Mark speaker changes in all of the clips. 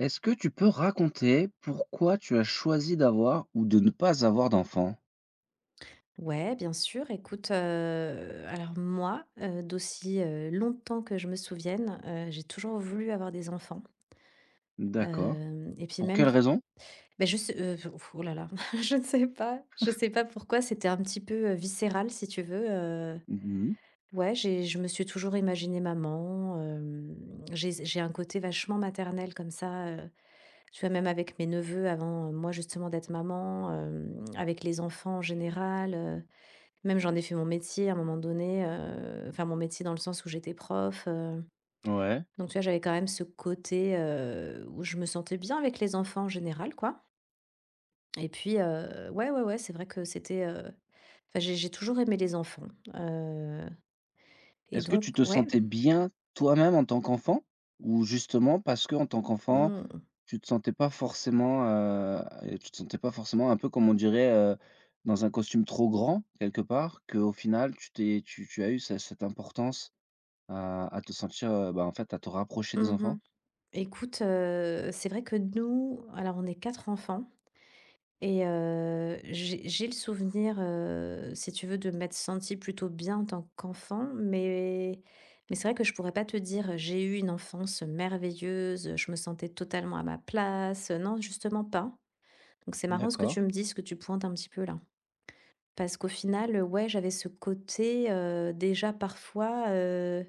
Speaker 1: Est-ce que tu peux raconter pourquoi tu as choisi d'avoir ou de ne pas avoir d'enfant?
Speaker 2: Ouais, bien sûr. Écoute, alors moi, d'aussi, longtemps que je me souvienne, j'ai toujours voulu avoir des enfants.
Speaker 1: D'accord.
Speaker 2: Hem Et puis
Speaker 1: Pour
Speaker 2: même
Speaker 1: quelle raison?
Speaker 2: ben je sais, heu, oh là là, je ne sais pas, je sais pas pourquoi, c'était un petit peu, viscéral si tu veux,
Speaker 1: Mmh.
Speaker 2: ouais, j'ai je me suis toujours imaginée maman, j'ai un côté vachement maternel comme ça, tu vois? Même avec mes neveux avant, moi justement d'être maman, avec les enfants en général, même j'en ai fait mon métier à un moment donné, enfin mon métier dans le sens où j'étais prof,
Speaker 1: Ouais.
Speaker 2: donc tu vois, j'avais quand même ce côté, où je me sentais bien avec les enfants en général, quoi. Et puis, ouais, ouais, ouais, c'est vrai que c'était, enfin j'ai toujours aimé les enfants, heu et
Speaker 1: Est-ce que
Speaker 2: donc
Speaker 1: tu te
Speaker 2: ouais.
Speaker 1: sentais bien toi-même en tant qu'enfant? Ou justement parce que en tant qu'enfant,
Speaker 2: Mmh mh.
Speaker 1: tu te sentais pas forcément, et tu te sentais pas forcément un peu comme on dirait, dans un costume trop grand quelque part, qu'au final tu t'es tu tu as eu ce cette importance à te sentir, bah, en fait à te rapprocher des enfants?
Speaker 2: Mmh. Écoute, c'est vrai que nous alors on est 4 enfants. Et j'ai le souvenir, si tu veux, de m'être sentie plutôt bien en tant qu'enfant, mais c'est vrai que je pourrais pas te dire, j'ai eu une enfance merveilleuse, je me sentais totalement à ma place, non, justement pas. Donc c'est marrant ce que
Speaker 1: D'accord.
Speaker 2: tu me dis, ce que tu pointes un petit peu là. Parce qu'au final, ouais, j'avais ce côté, déjà parfois,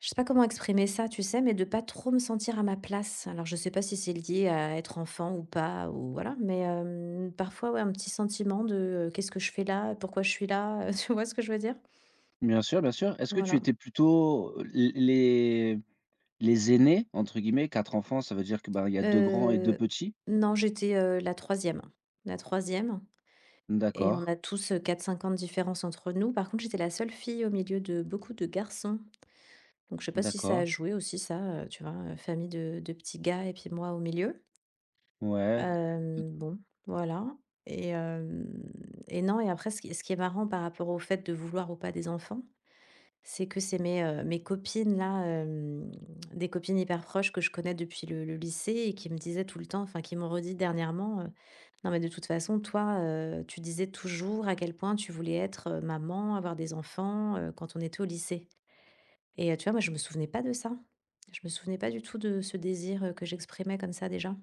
Speaker 2: je sais pas comment exprimer ça, tu sais? Mais de pas trop me sentir à ma place. Alors je sais pas si c'est lié à être enfant ou pas ou voilà, mais, parfois, ouais, un petit sentiment de: «Qu'est-ce que je fais là? Pourquoi je suis là?» tu vois ce que je veux dire?
Speaker 1: Bien sûr, bien sûr. Est-ce que tu
Speaker 2: Voilà.
Speaker 1: étais plutôt, l les «aînés» entre guillemets. 4 enfants, ça veut dire que, bah il y a deux grands et 2
Speaker 2: Heu,
Speaker 1: petits?
Speaker 2: non, j'étais, la troisième, et
Speaker 1: D'accord,
Speaker 2: on a tous, 4-5 ans de différence entre nous. Par contre, j'étais la seule fille au milieu de beaucoup de garçons. Donc je sais pas si ça a
Speaker 1: d'accord.
Speaker 2: joué aussi ça, tu vois? Famille de petits gars et puis moi au milieu.
Speaker 1: Ouais.
Speaker 2: Bon, voilà. Et hem et non et après ce qui est marrant par rapport au fait de vouloir ou pas des enfants, c'est que c'est mes, mes copines là, des copines hyper proches que je connais depuis le lycée et qui me disaient tout le temps, enfin qui m'ont redit dernièrement: «Non mais de toute façon toi, tu disais toujours à quel point tu voulais être, maman, avoir des enfants, quand on était au lycée». Et tu vois, moi, je me souvenais pas de ça. Je me souvenais pas du tout de ce désir, que j'exprimais comme ça déjà.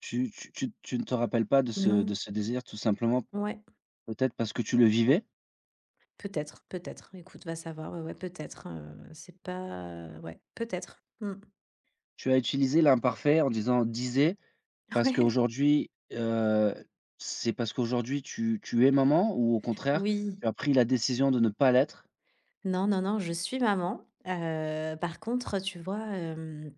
Speaker 1: Tu ne te rappelles pas de ce de
Speaker 2: Non.
Speaker 1: ce désir tout simplement
Speaker 2: Ouais,
Speaker 1: peut-être parce que tu le vivais?
Speaker 2: peut-être, peut-être. Écoute, va savoir, ouais, ouais, peut-être, hein, c'est pas ouais, peut-être. Mmh.
Speaker 1: Tu as utilisé l'imparfait en disant: «disais» parce
Speaker 2: Ouais.
Speaker 1: qu'aujourd'hui, c'est parce qu'aujourd'hui tu es maman ou au contraire,
Speaker 2: Oui.
Speaker 1: tu as pris la décision de ne pas l'être?
Speaker 2: Non, non, non, je suis maman. Par contre, tu vois,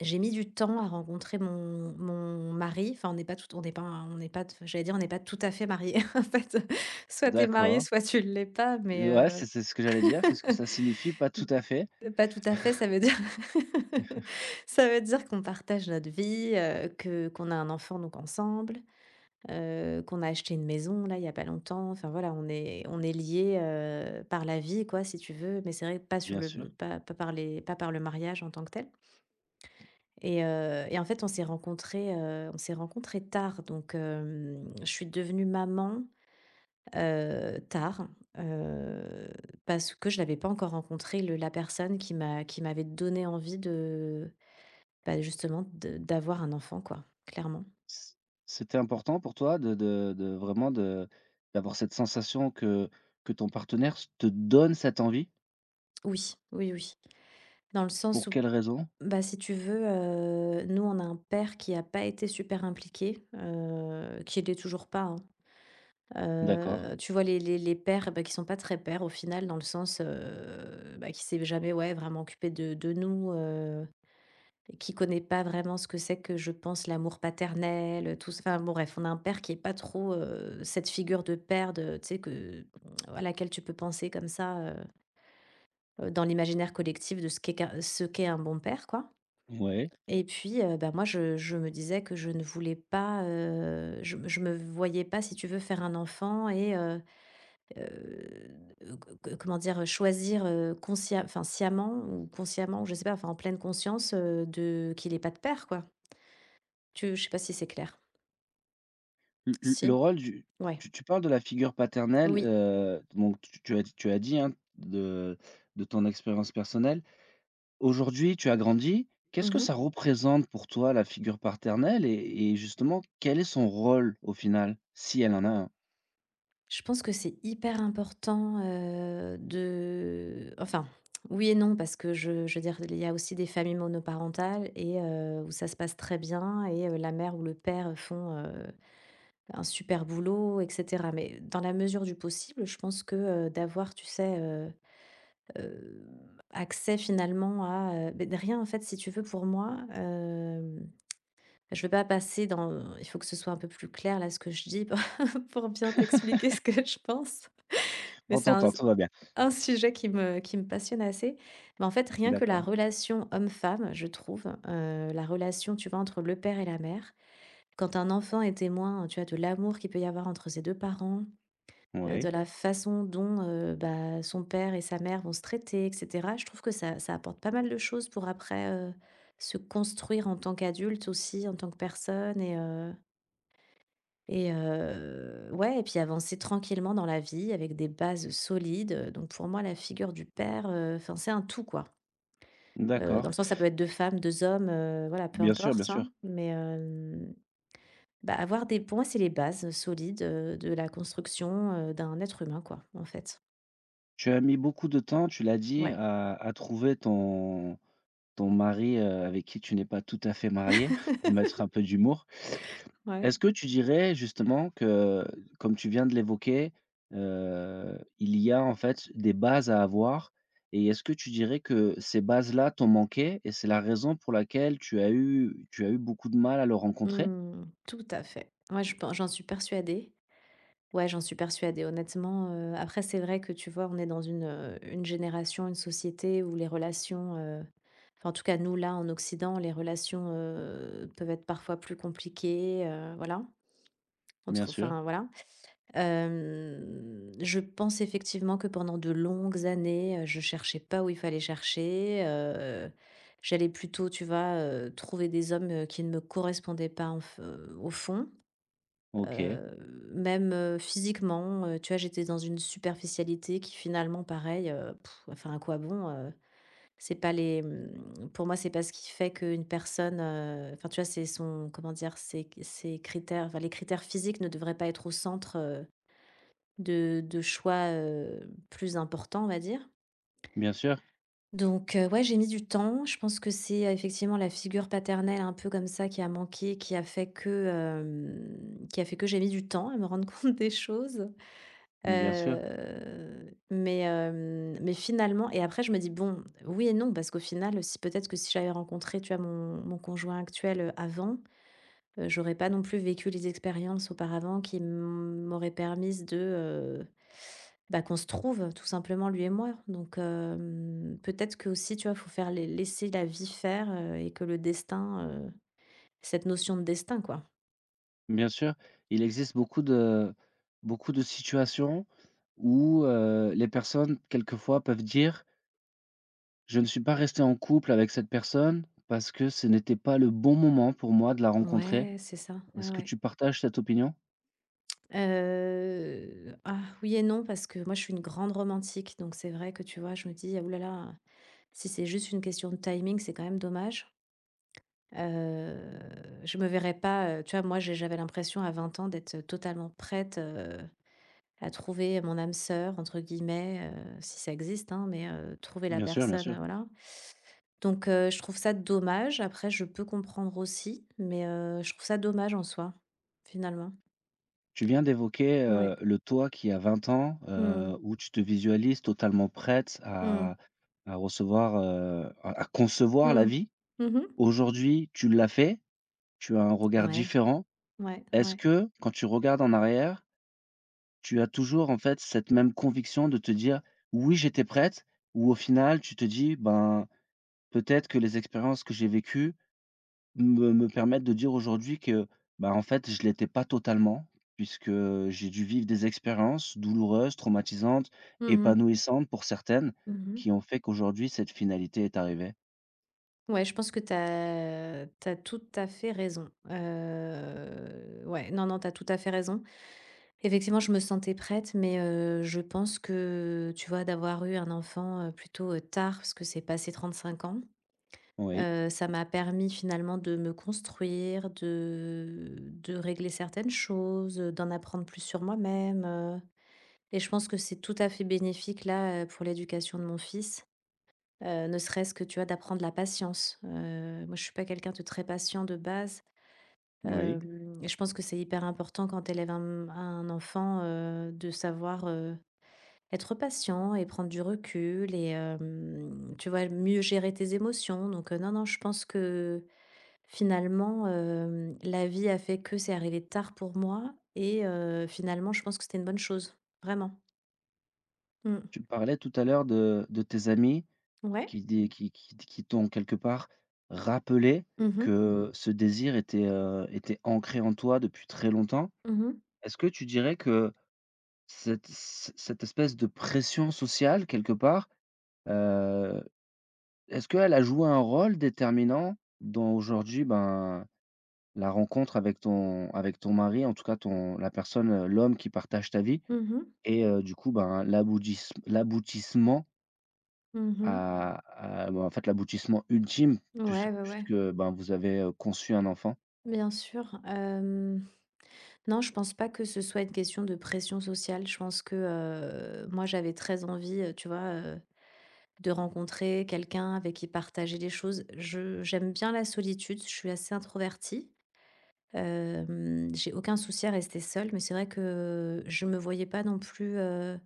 Speaker 2: j'ai mis du temps à rencontrer mon mari. Enfin, on n'est pas tout. on n'est pas j'allais dire: «On n'est pas tout à fait mariés», en fait, soit tu es marié,
Speaker 1: D'accord.
Speaker 2: soit tu ne l'es pas, mais
Speaker 1: Ouais, c'est ce que j'allais dire. Qu'est-ce que ça signifie? Pas tout à fait,
Speaker 2: pas tout à fait, ça veut dire ça veut dire qu'on partage notre vie, que qu'on a un enfant donc ensemble, qu'on a acheté une maison là il y a pas longtemps. Enfin voilà, on est liés, par la vie quoi si tu veux, mais c'est vrai que pas sur
Speaker 1: bien
Speaker 2: le
Speaker 1: sûr.
Speaker 2: pas pas par les pas par le mariage en tant que tel. Et en fait on s'est rencontrés, tard, donc je suis devenue maman, tard, heu, parce que je n'avais pas encore rencontré le la personne qui m'avait donné envie de, bah, justement de d'avoir un enfant quoi, clairement.
Speaker 1: C c'était important pour toi de vraiment de d'avoir cette sensation que ton partenaire s te donne cette envie?
Speaker 2: Oui, oui, oui. Dans le
Speaker 1: Pour
Speaker 2: sens où,
Speaker 1: quelle raison?
Speaker 2: bah, si tu veux, nous on a un père qui n'a pas été super impliqué, qui l'est toujours pas, hein.
Speaker 1: D'accord,
Speaker 2: Tu vois les pères, bah, qui sont pas très pères au final dans le sens, bah, qui s'est jamais, ouais, vraiment occupé de nous, qui connaît pas vraiment ce que c'est que, je pense, l'amour paternel, tout ça. Enfin, bon, bref, on a un père qui est pas trop, cette figure de père de tu sais, que voilà, à laquelle tu peux penser comme ça, dans l'imaginaire collectif de ce qu'est un bon père, quoi.
Speaker 1: ouais.
Speaker 2: Et puis, bah, moi, je me disais que je ne voulais pas, je me voyais pas, si tu veux, faire un enfant et c comment dire? Choisir, consciem enfin, sciemment ou consciemment, je sais pas, enfin, en pleine conscience, de qu'il ait pas de père, quoi. Tu je sais pas si c'est clair?
Speaker 1: Le
Speaker 2: Si.
Speaker 1: rôle du
Speaker 2: Ouais,
Speaker 1: tu parles de la figure paternelle,
Speaker 2: oui.
Speaker 1: donc tu as dit, hein, de ton expérience personnelle. Aujourd'hui, tu as grandi. Qu'est-ce que
Speaker 2: Mmh.
Speaker 1: ça représente pour toi la figure paternelle et justement quel est son rôle au final? Si elle en a un.
Speaker 2: Je pense que c'est hyper important, de enfin, oui et non parce que je veux dire, il y a aussi des familles monoparentales et où ça se passe très bien et la mère ou le père font, un super boulot et cetera. Mais dans la mesure du possible, je pense que, d'avoir, tu sais, accès finalement à, beh, rien en fait, si tu veux, pour moi, hem Je veux pas passer dans il faut que ce soit un peu plus clair là ce que je dis pour pour bien t'expliquer ce que je pense, mais
Speaker 1: On
Speaker 2: c'est un
Speaker 1: t'entend, tout va bien.
Speaker 2: un sujet qui me passionne assez. Mais en fait, rien que la
Speaker 1: D'accord,
Speaker 2: relation homme-femme, je trouve, la relation, tu vois, entre le père et la mère, quand un enfant est témoin, tu vois, de l'amour qu'il peut y avoir entre ses 2 parents,
Speaker 1: ouais,
Speaker 2: de la façon dont, bah, son père et sa mère vont se traiter et cetera, je trouve que ça apporte pas mal de choses pour après, se construire en tant qu'adulte aussi, en tant que personne et ouais et puis avancer tranquillement dans la vie avec des bases solides, donc pour moi la figure du père, enfin c'est un tout quoi.
Speaker 1: d'accord.
Speaker 2: Dans le sens ça peut être 2 femmes, 2 hommes, voilà peu
Speaker 1: Bien sûr, bien
Speaker 2: importe, hein.
Speaker 1: sûr.
Speaker 2: Mais, bah, avoir des pour moi c'est les bases solides, de la construction, d'un être humain quoi, en fait.
Speaker 1: Tu as mis beaucoup de temps, tu l'as dit,
Speaker 2: Ouais.
Speaker 1: à trouver ton ton mari, avec qui tu n'es pas tout à fait mariée, pour mettre un peu d'humour.
Speaker 2: Ouais.
Speaker 1: Est-ce que tu dirais justement que, comme tu viens de l'évoquer, il y a en fait des bases à avoir et est-ce que tu dirais que ces bases-là t'ont manqué et c'est la raison pour laquelle tu as eu beaucoup de mal à le rencontrer?
Speaker 2: Mmh, tout à fait. Ouais, je pen j'en suis persuadée. Ouais, j'en suis persuadée. Honnêtement, après c'est vrai que, tu vois, on est dans une génération, une société où les relations, enfin en tout cas nous là en Occident, les relations, peuvent être parfois plus compliquées, voilà,
Speaker 1: Bien
Speaker 2: entre
Speaker 1: sûr,
Speaker 2: enfin voilà. Je pense effectivement que pendant de longues années, je cherchais pas où il fallait chercher, j'allais plutôt, tu vois, trouver des hommes, qui ne me correspondaient pas en f au fond.
Speaker 1: OK,
Speaker 2: Heu, Même, physiquement, tu vois, j'étais dans une superficialité qui finalement pareil, enfin à quoi bon? C'est pas les, pour moi, c'est pas ce qui fait qu'une personne, enfin, tu vois, c'est son comment dire? Ses critères, enfin les critères physiques ne devraient pas être au centre, de choix, plus importants, on va dire.
Speaker 1: bien sûr,
Speaker 2: Donc, ouais, j'ai mis du temps. Je pense que c'est, effectivement la figure paternelle un peu comme ça qui a manqué, qui a fait que, hem, qui a fait que j'ai mis du temps à me rendre compte des choses.
Speaker 1: bien sûr.
Speaker 2: Mais finalement et après je me dis: «Bon, oui et non», parce qu'au final, si peut-être que si j'avais rencontré, tu vois, mon conjoint actuel, avant, j'aurais pas non plus vécu les expériences auparavant qui m'auraient permises de, bah, qu'on se trouve tout simplement lui et moi. Donc peut-être que aussi tu vois, faut faire les laisser la vie faire, cette notion de destin, quoi.
Speaker 1: Bien sûr, il existe beaucoup de situations où, les personnes quelquefois peuvent dire: «Je ne suis pas resté en couple avec cette personne parce que ce n'était pas le bon moment pour moi de la rencontrer».
Speaker 2: Ouais, c'est ça, ouais,
Speaker 1: Est-ce que
Speaker 2: ouais.
Speaker 1: tu partages cette opinion?
Speaker 2: Ah oui et non, parce que moi je suis une grande romantique, donc c'est vrai que, tu vois, je me dis: ah oulala si c'est juste une question de timing, c'est quand même dommage». Heu, je me verrais pas, tu vois, moi j'avais l'impression à 20 ans d'être totalement prête, à trouver «mon âme sœur» entre guillemets, si ça existe, hein, mais trouver la
Speaker 1: Bien sûr, bien
Speaker 2: personne,
Speaker 1: sûr.
Speaker 2: voilà. Donc je trouve ça dommage. Après je peux comprendre aussi, mais je trouve ça dommage en soi, finalement.
Speaker 1: Tu viens d'évoquer,
Speaker 2: Ouais.
Speaker 1: le toi qui a 20 ans,
Speaker 2: Mmh.
Speaker 1: où tu te visualises totalement prête à
Speaker 2: Mmh.
Speaker 1: recevoir, à concevoir la
Speaker 2: Mmh.
Speaker 1: vie.
Speaker 2: Mmh mh.
Speaker 1: Aujourd'hui, tu l'as fait, tu as un regard
Speaker 2: Ouais,
Speaker 1: différent.
Speaker 2: ouais,
Speaker 1: Est-ce
Speaker 2: ouais.
Speaker 1: que, quand tu regardes en arrière, tu as toujours, en fait, cette même conviction de te dire: «Oui, j'étais prête» ou au final, tu te dis: «Ben, peut-être que les expériences que j'ai vécues me permettent de dire aujourd'hui que, ben en fait, je l'étais pas totalement puisque j'ai dû vivre des expériences douloureuses, traumatisantes,
Speaker 2: Mmh mh.
Speaker 1: épanouissantes pour certaines,
Speaker 2: Mmh mh.
Speaker 1: qui ont fait qu'aujourd'hui cette finalité est arrivée».
Speaker 2: Ouais, je pense que tu as tout à fait raison. Ouais, non, non, tu as tout à fait raison. Effectivement, je me sentais prête, mais je pense que, tu vois, d'avoir eu un enfant, plutôt, tard, parce que c'est passé 35 ans,
Speaker 1: Oui,
Speaker 2: ça m'a permis finalement de me construire, de régler certaines choses, d'en apprendre plus sur moi-même, et je pense que c'est tout à fait bénéfique là, pour l'éducation de mon fils. Ne serait-ce que, tu vois, d'apprendre la patience. Moi, je suis pas quelqu'un de très patient de base.
Speaker 1: oui.
Speaker 2: Hem Et je pense que c'est hyper important quand tu élèves un enfant, de savoir, être patient et prendre du recul, et tu vois, mieux gérer tes émotions, donc non, non, je pense que finalement, la vie a fait que c'est arrivé tard pour moi, et finalement, je pense que c'était une bonne chose, vraiment. Mmh.
Speaker 1: Tu parlais tout à l'heure de tes amis.
Speaker 2: Ouais.
Speaker 1: Qui dé qui t'ont quelque part rappelé
Speaker 2: Mmh mh.
Speaker 1: que ce désir était, était ancré en toi depuis très longtemps.
Speaker 2: Mmh mh.
Speaker 1: Est-ce que tu dirais que cette espèce de pression sociale quelque part, heu, est-ce qu'elle a joué un rôle déterminant dans aujourd'hui, ben, la rencontre avec ton mari, en tout cas ton la personne, l'homme qui partage ta vie
Speaker 2: Mmh.
Speaker 1: et du coup, ben, l'aboutissement
Speaker 2: Mmh.
Speaker 1: À à bah, en fait, l'aboutissement ultime puisque
Speaker 2: Ouais, ouais, ouais.
Speaker 1: puisque, ben, vous avez, conçu un enfant?
Speaker 2: Bien sûr. Non, je pense pas que ce soit une question de pression sociale. Je pense que, moi, j'avais très envie, tu vois, de rencontrer quelqu'un avec qui partager des choses. Je j'aime bien la solitude, je suis assez introvertie. J'ai aucun souci à rester seule, mais c'est vrai que je me voyais pas non plus,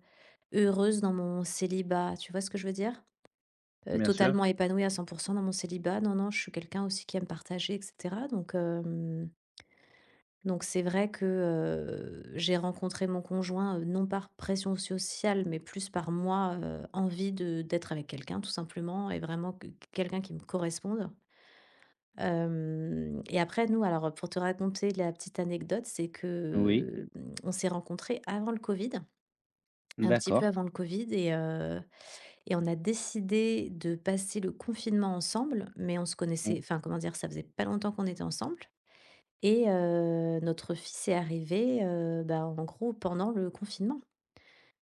Speaker 2: heureuse dans mon célibat. Tu vois ce que je veux dire?
Speaker 1: Bien sûr.
Speaker 2: Totalement épanouie à 100% dans mon célibat. Non, non, je suis quelqu'un aussi qui aime partager, et cetera, donc c'est vrai que, j'ai rencontré mon conjoint, non par pression sociale, mais plus par moi, envie de d'être avec quelqu'un tout simplement et vraiment, que quelqu'un qui me corresponde. Hem Et après nous, alors, pour te raconter la petite anecdote, c'est
Speaker 1: Oui,
Speaker 2: que, on s'est rencontrés avant le covid, un petit peu
Speaker 1: d'accord.
Speaker 2: avant le covid, et on a décidé de passer le confinement ensemble, mais on se
Speaker 1: Mmh,
Speaker 2: connaissait, enfin, comment dire? Ça faisait pas longtemps qu'on était ensemble. Et notre fils est arrivé, bah, en gros pendant le confinement.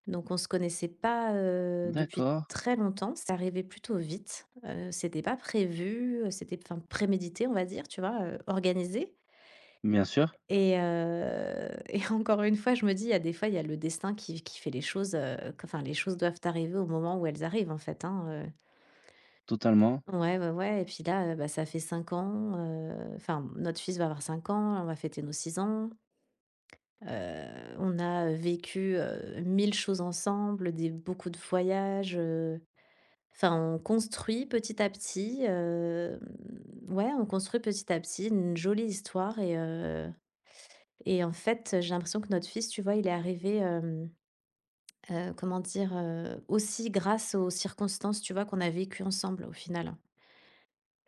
Speaker 2: Donc on ne se connaissait pas, depuis
Speaker 1: d'accord.
Speaker 2: très longtemps. C'est arrivé plutôt vite, c'était pas prévu, c'était, enfin, prémédité, on va dire, tu vois? Organisé,
Speaker 1: Bien sûr,
Speaker 2: et et encore une fois je me dis: «Il y a des fois il y a le destin qui fait les choses, qu'enfin les choses doivent arriver au moment où elles arrivent en fait, hein».
Speaker 1: totalement.
Speaker 2: Ouais, ouais, ouais, et puis là, bah, ça fait 5 ans, enfin notre fils va avoir 5 ans, on va fêter nos 6 ans. On a vécu, 1000 choses ensemble, des beaucoup de voyages, enfin on construit petit à petit, ouais, on construit petit à petit une jolie histoire, et en fait, j'ai l'impression que notre fils, tu vois, il est arrivé, comment dire? Aussi grâce aux circonstances, tu vois, qu'on a vécues ensemble au final.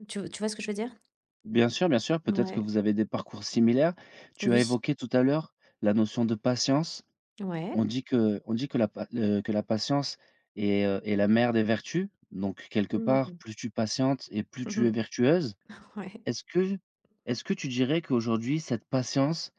Speaker 2: Tu vois ce que je veux dire?
Speaker 1: Bien sûr, peut-être que
Speaker 2: Ouais.
Speaker 1: vous avez des parcours similaires. Tu as
Speaker 2: Oui.
Speaker 1: évoqué tout à l'heure la notion de patience.
Speaker 2: Ouais.
Speaker 1: On dit que la pa le que la patience est, est la mère des vertus. Donc quelque part,
Speaker 2: Mmh.
Speaker 1: plus tu patientes et plus tu es vertueuse.
Speaker 2: Ouais.
Speaker 1: Est-ce que est-ce que tu dirais qu'aujourd'hui cette patience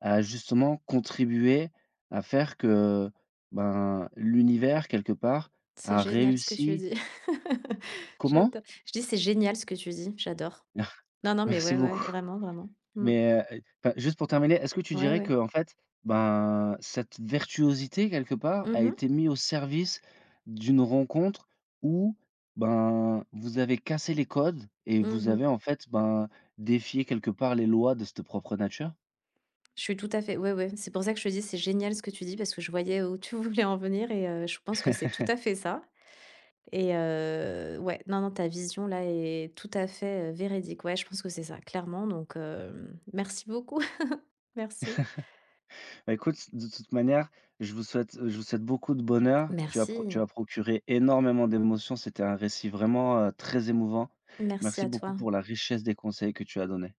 Speaker 1: À justement contribuer à faire que, ben, l'univers quelque part
Speaker 2: C'est
Speaker 1: a
Speaker 2: génial ce que tu
Speaker 1: réussi
Speaker 2: dis.
Speaker 1: comment?
Speaker 2: J'adore. Je dis: «C'est génial ce que tu dis», j'adore. Non, non, mais
Speaker 1: Merci
Speaker 2: ouais, ouais,
Speaker 1: beaucoup.
Speaker 2: vraiment, vraiment. Mmh.
Speaker 1: Mais, enfin, juste pour terminer, est-ce que tu
Speaker 2: Ouais,
Speaker 1: dirais que
Speaker 2: ouais.
Speaker 1: en fait, ben, cette virtuosité quelque part
Speaker 2: Mhm
Speaker 1: a
Speaker 2: mhm.
Speaker 1: été mise au service d'une rencontre où, ben, vous avez cassé les codes et vous avez en fait, ben, défié quelque part les lois de cette propre nature?
Speaker 2: Je suis tout à fait, ouais, ouais, c'est pour ça que je te dis: «C'est génial ce que tu dis», parce que je voyais où tu voulais en venir, et je pense que c'est tout à fait ça, et ouais, non, non, ta vision là est tout à fait, véridique. Ouais, je pense que c'est ça, clairement, donc merci beaucoup. Merci.
Speaker 1: Bah, écoute, de toute manière, je vous souhaite beaucoup de bonheur. Tu as pro tu as
Speaker 2: Merci.
Speaker 1: procuré énormément d'émotions. C'était un récit vraiment, très émouvant.
Speaker 2: Merci
Speaker 1: Merci
Speaker 2: à
Speaker 1: beaucoup
Speaker 2: toi.
Speaker 1: pour la richesse des conseils que tu as donnés.